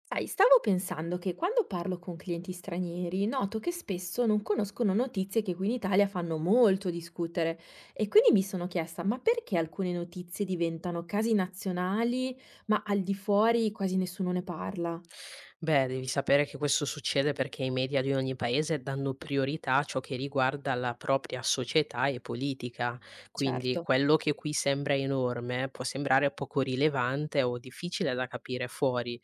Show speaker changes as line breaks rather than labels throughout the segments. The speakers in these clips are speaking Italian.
Sai, stavo pensando che quando parlo con clienti stranieri noto che spesso non conoscono notizie che qui in Italia fanno molto discutere e quindi mi sono chiesta, ma perché alcune notizie diventano casi nazionali, ma al di fuori quasi nessuno ne parla?
Beh, devi sapere che questo succede perché i media di ogni paese danno priorità a ciò che riguarda la propria società e politica, quindi
Certo.
quello che qui sembra enorme può sembrare poco rilevante o difficile da capire fuori.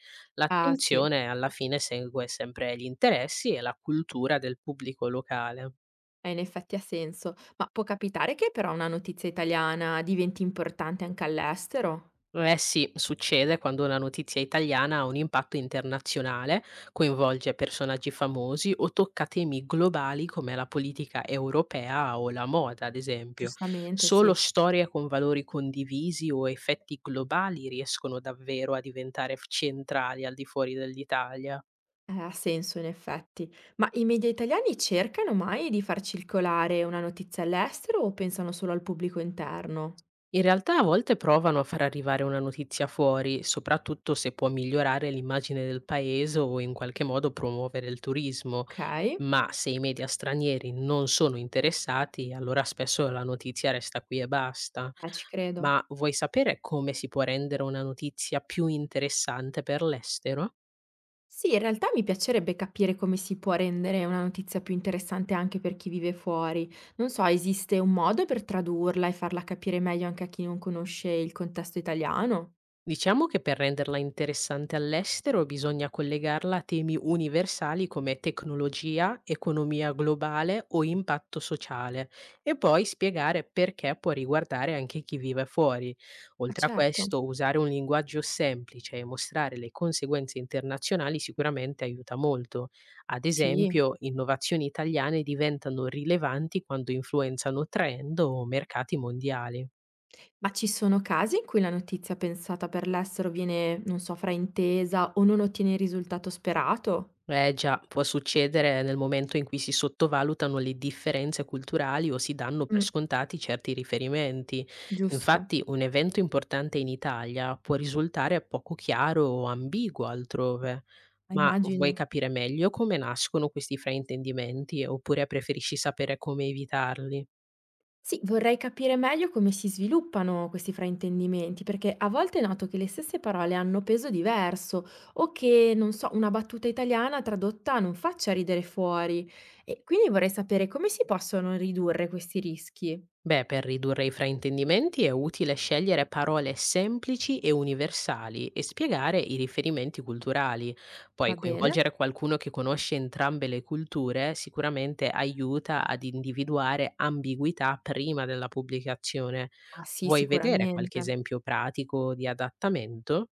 Ah sì,
L'attenzione alla fine segue sempre gli interessi e la cultura del pubblico locale.
in effetti ha senso, ma può capitare che però una notizia italiana diventi importante anche all'estero?
Eh sì, succede quando una notizia italiana ha un impatto internazionale, coinvolge personaggi famosi o tocca temi globali come la politica europea o la moda, ad esempio.
Giustamente,
Solo
sì.
storie con valori condivisi o effetti globali riescono davvero a diventare centrali al di fuori dell'Italia.
Ha senso in effetti. Ma i media italiani cercano mai di far circolare una notizia all'estero o pensano solo al pubblico interno?
In realtà a volte provano a far arrivare una notizia fuori, soprattutto se può migliorare l'immagine del paese o in qualche modo promuovere il turismo.
Ok,
Ma se i media stranieri non sono interessati, allora spesso la notizia resta qui e basta.
ci credo.
Ma vuoi sapere come si può rendere una notizia più interessante per l'estero?
Sì, in realtà mi piacerebbe capire come si può rendere una notizia più interessante anche per chi vive fuori. Non so, esiste un modo per tradurla e farla capire meglio anche a chi non conosce il contesto italiano?
Diciamo che per renderla interessante all'estero bisogna collegarla a temi universali come tecnologia, economia globale o impatto sociale, e poi spiegare perché può riguardare anche chi vive fuori.
Ah,
Oltre a
certo.
questo, usare un linguaggio semplice e mostrare le conseguenze internazionali sicuramente aiuta molto. Ad
Sì.
esempio, innovazioni italiane diventano rilevanti quando influenzano trend o mercati mondiali.
Ma ci sono casi in cui la notizia pensata per l'estero viene, non so, fraintesa o non ottiene il risultato sperato?
Eh già, può succedere nel momento in cui si sottovalutano le differenze culturali o si danno per
Mh,
scontati certi riferimenti.
giusto,
Infatti, un evento importante in Italia può risultare poco chiaro o ambiguo altrove. Ma vuoi
immagino.
capire meglio come nascono questi fraintendimenti, oppure preferisci sapere come evitarli?
Sì, vorrei capire meglio come si sviluppano questi fraintendimenti, perché a volte noto che le stesse parole hanno peso diverso o che, non so, una battuta italiana tradotta non faccia ridere fuori. E quindi vorrei sapere come si possono ridurre questi rischi.
Beh, per ridurre i fraintendimenti è utile scegliere parole semplici e universali e spiegare i riferimenti culturali. Poi
Va bene?
coinvolgere qualcuno che conosce entrambe le culture sicuramente aiuta ad individuare ambiguità prima della pubblicazione.
Ah sì,
Vuoi vedere qualche
sicuramente.
esempio pratico di adattamento?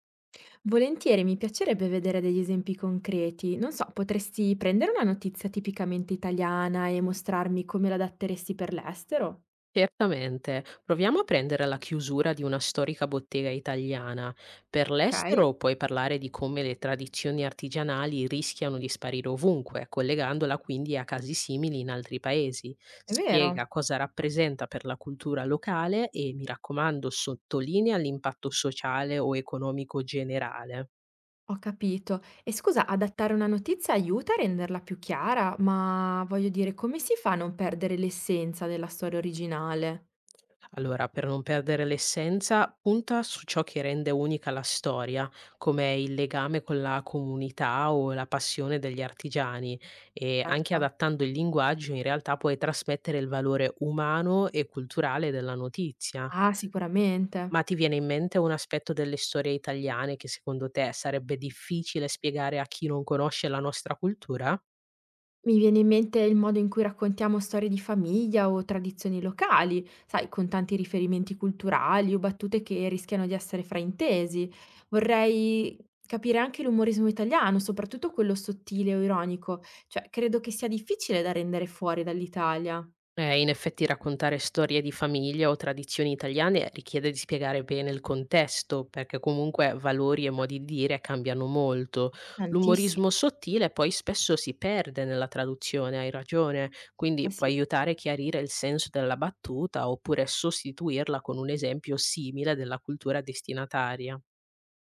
Volentieri, mi piacerebbe vedere degli esempi concreti. Non so, potresti prendere una notizia tipicamente italiana e mostrarmi come l'adatteresti per l'estero?
Certamente. Proviamo a prendere la chiusura di una storica bottega italiana. Per
Ok,
l'estero puoi parlare di come le tradizioni artigianali rischiano di sparire ovunque, collegandola quindi a casi simili in altri paesi.
è vero,
Spiega cosa rappresenta per la cultura locale e, mi raccomando, sottolinea l'impatto sociale o economico generale.
ho capito. E scusa, adattare una notizia aiuta a renderla più chiara, ma voglio dire, come si fa a non perdere l'essenza della storia originale?
Allora, per non perdere l'essenza, punta su ciò che rende unica la storia, come il legame con la comunità o la passione degli artigiani, e anche
Certo.
adattando il linguaggio in realtà puoi trasmettere il valore umano e culturale della notizia.
Ah, sicuramente.
Ma ti viene in mente un aspetto delle storie italiane che secondo te sarebbe difficile spiegare a chi non conosce la nostra cultura?
Mi viene in mente il modo in cui raccontiamo storie di famiglia o tradizioni locali, sai, con tanti riferimenti culturali o battute che rischiano di essere fraintesi. Vorrei capire anche l'umorismo italiano, soprattutto quello sottile o ironico, cioè credo che sia difficile da rendere fuori dall'Italia.
In effetti raccontare storie di famiglia o tradizioni italiane richiede di spiegare bene il contesto, perché comunque valori e modi di dire cambiano molto.
Tantissimo,
L'umorismo sottile poi spesso si perde nella traduzione, hai ragione,
eh
quindi può
sì.
aiutare a chiarire il senso della battuta oppure sostituirla con un esempio simile della cultura destinataria.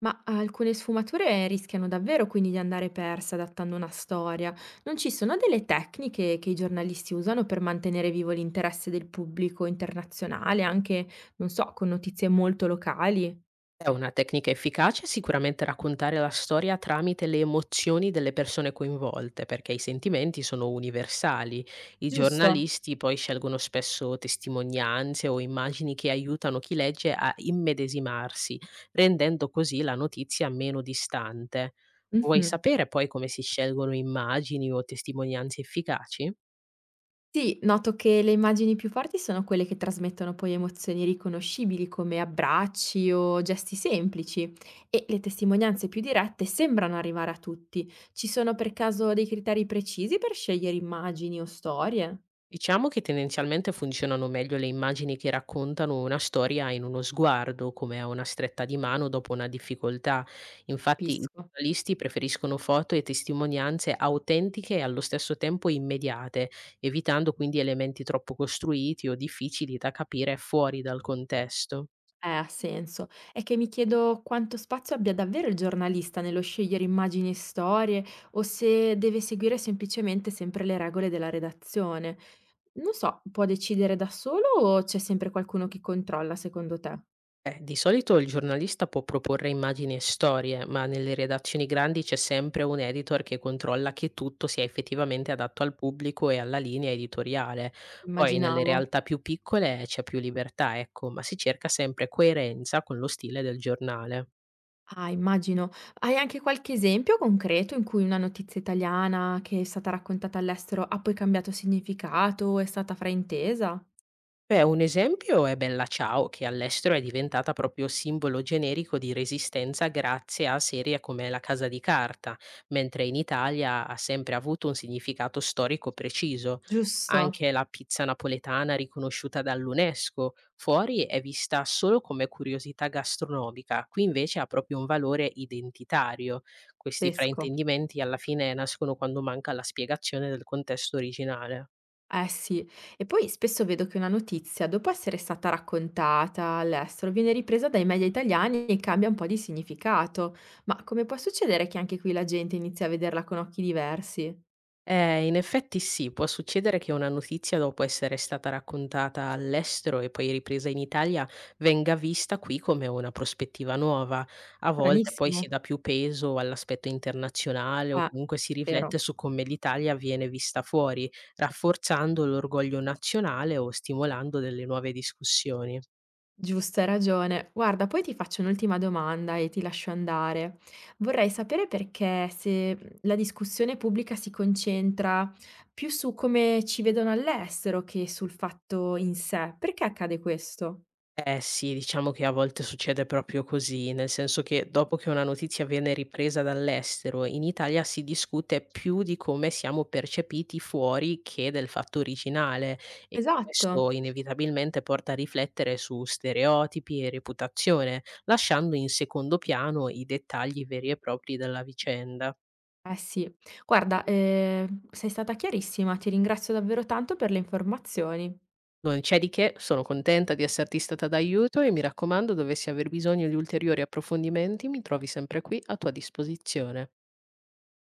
Ma alcune sfumature rischiano davvero quindi di andare perse adattando una storia. Non ci sono delle tecniche che i giornalisti usano per mantenere vivo l'interesse del pubblico internazionale, anche, non so, con notizie molto locali?
È una tecnica efficace sicuramente raccontare la storia tramite le emozioni delle persone coinvolte, perché i sentimenti sono universali. I
Giusto.
giornalisti poi scelgono spesso testimonianze o immagini che aiutano chi legge a immedesimarsi, rendendo così la notizia meno distante. Vuoi
Mhm.
sapere poi come si scelgono immagini o testimonianze efficaci?
Sì, noto che le immagini più forti sono quelle che trasmettono poi emozioni riconoscibili come abbracci o gesti semplici e le testimonianze più dirette sembrano arrivare a tutti. Ci sono per caso dei criteri precisi per scegliere immagini o storie?
Diciamo che tendenzialmente funzionano meglio le immagini che raccontano una storia in uno sguardo, come a una stretta di mano dopo una difficoltà. Infatti i
Capisco,
giornalisti preferiscono foto e testimonianze autentiche e allo stesso tempo immediate, evitando quindi elementi troppo costruiti o difficili da capire fuori dal contesto.
ha senso. È che mi chiedo quanto spazio abbia davvero il giornalista nello scegliere immagini e storie o se deve seguire semplicemente sempre le regole della redazione. Non so, può decidere da solo o c'è sempre qualcuno che controlla secondo te?
Di solito il giornalista può proporre immagini e storie, ma nelle redazioni grandi c'è sempre un editor che controlla che tutto sia effettivamente adatto al pubblico e alla linea editoriale. Poi nelle
Immaginavo.
realtà più piccole c'è più libertà, ecco, ma si cerca sempre coerenza con lo stile del giornale.
Ah, immagino. Hai anche qualche esempio concreto in cui una notizia italiana che è stata raccontata all'estero ha poi cambiato significato o è stata fraintesa?
Beh, un esempio è Bella Ciao, che all'estero è diventata proprio simbolo generico di resistenza grazie a serie come La Casa di Carta, mentre in Italia ha sempre avuto un significato storico preciso.
Giusto,
Anche la pizza napoletana riconosciuta dall'UNESCO fuori è vista solo come curiosità gastronomica, qui invece ha proprio un valore identitario. Questi
pazzesco.
fraintendimenti alla fine nascono quando manca la spiegazione del contesto originale.
Eh sì, e poi spesso vedo che una notizia, dopo essere stata raccontata all'estero, viene ripresa dai media italiani e cambia un po' di significato. Ma come può succedere che anche qui la gente inizi a vederla con occhi diversi?
In effetti sì, può succedere che una notizia dopo essere stata raccontata all'estero e poi ripresa in Italia venga vista qui come una prospettiva nuova. A volte poi si
Stranissimo.
dà più peso all'aspetto internazionale o
Eh,
comunque si
vero.
riflette su come l'Italia viene vista fuori, rafforzando l'orgoglio nazionale o stimolando delle nuove discussioni.
Giusto, hai ragione. Guarda, poi ti faccio un'ultima domanda e ti lascio andare. Vorrei sapere perché se la discussione pubblica si concentra più su come ci vedono all'estero che sul fatto in sé. Perché accade questo?
Eh sì, diciamo che a volte succede proprio così, nel senso che dopo che una notizia viene ripresa dall'estero, in Italia si discute più di come siamo percepiti fuori che del fatto originale, e
Esatto.
questo inevitabilmente porta a riflettere su stereotipi e reputazione, lasciando in secondo piano i dettagli veri e propri della vicenda.
Eh sì. Guarda, sei stata chiarissima, ti ringrazio davvero tanto per le informazioni.
Non c'è di che, sono contenta di esserti stata d'aiuto e mi raccomando, dovessi aver bisogno di ulteriori approfondimenti, mi trovi sempre qui a tua disposizione.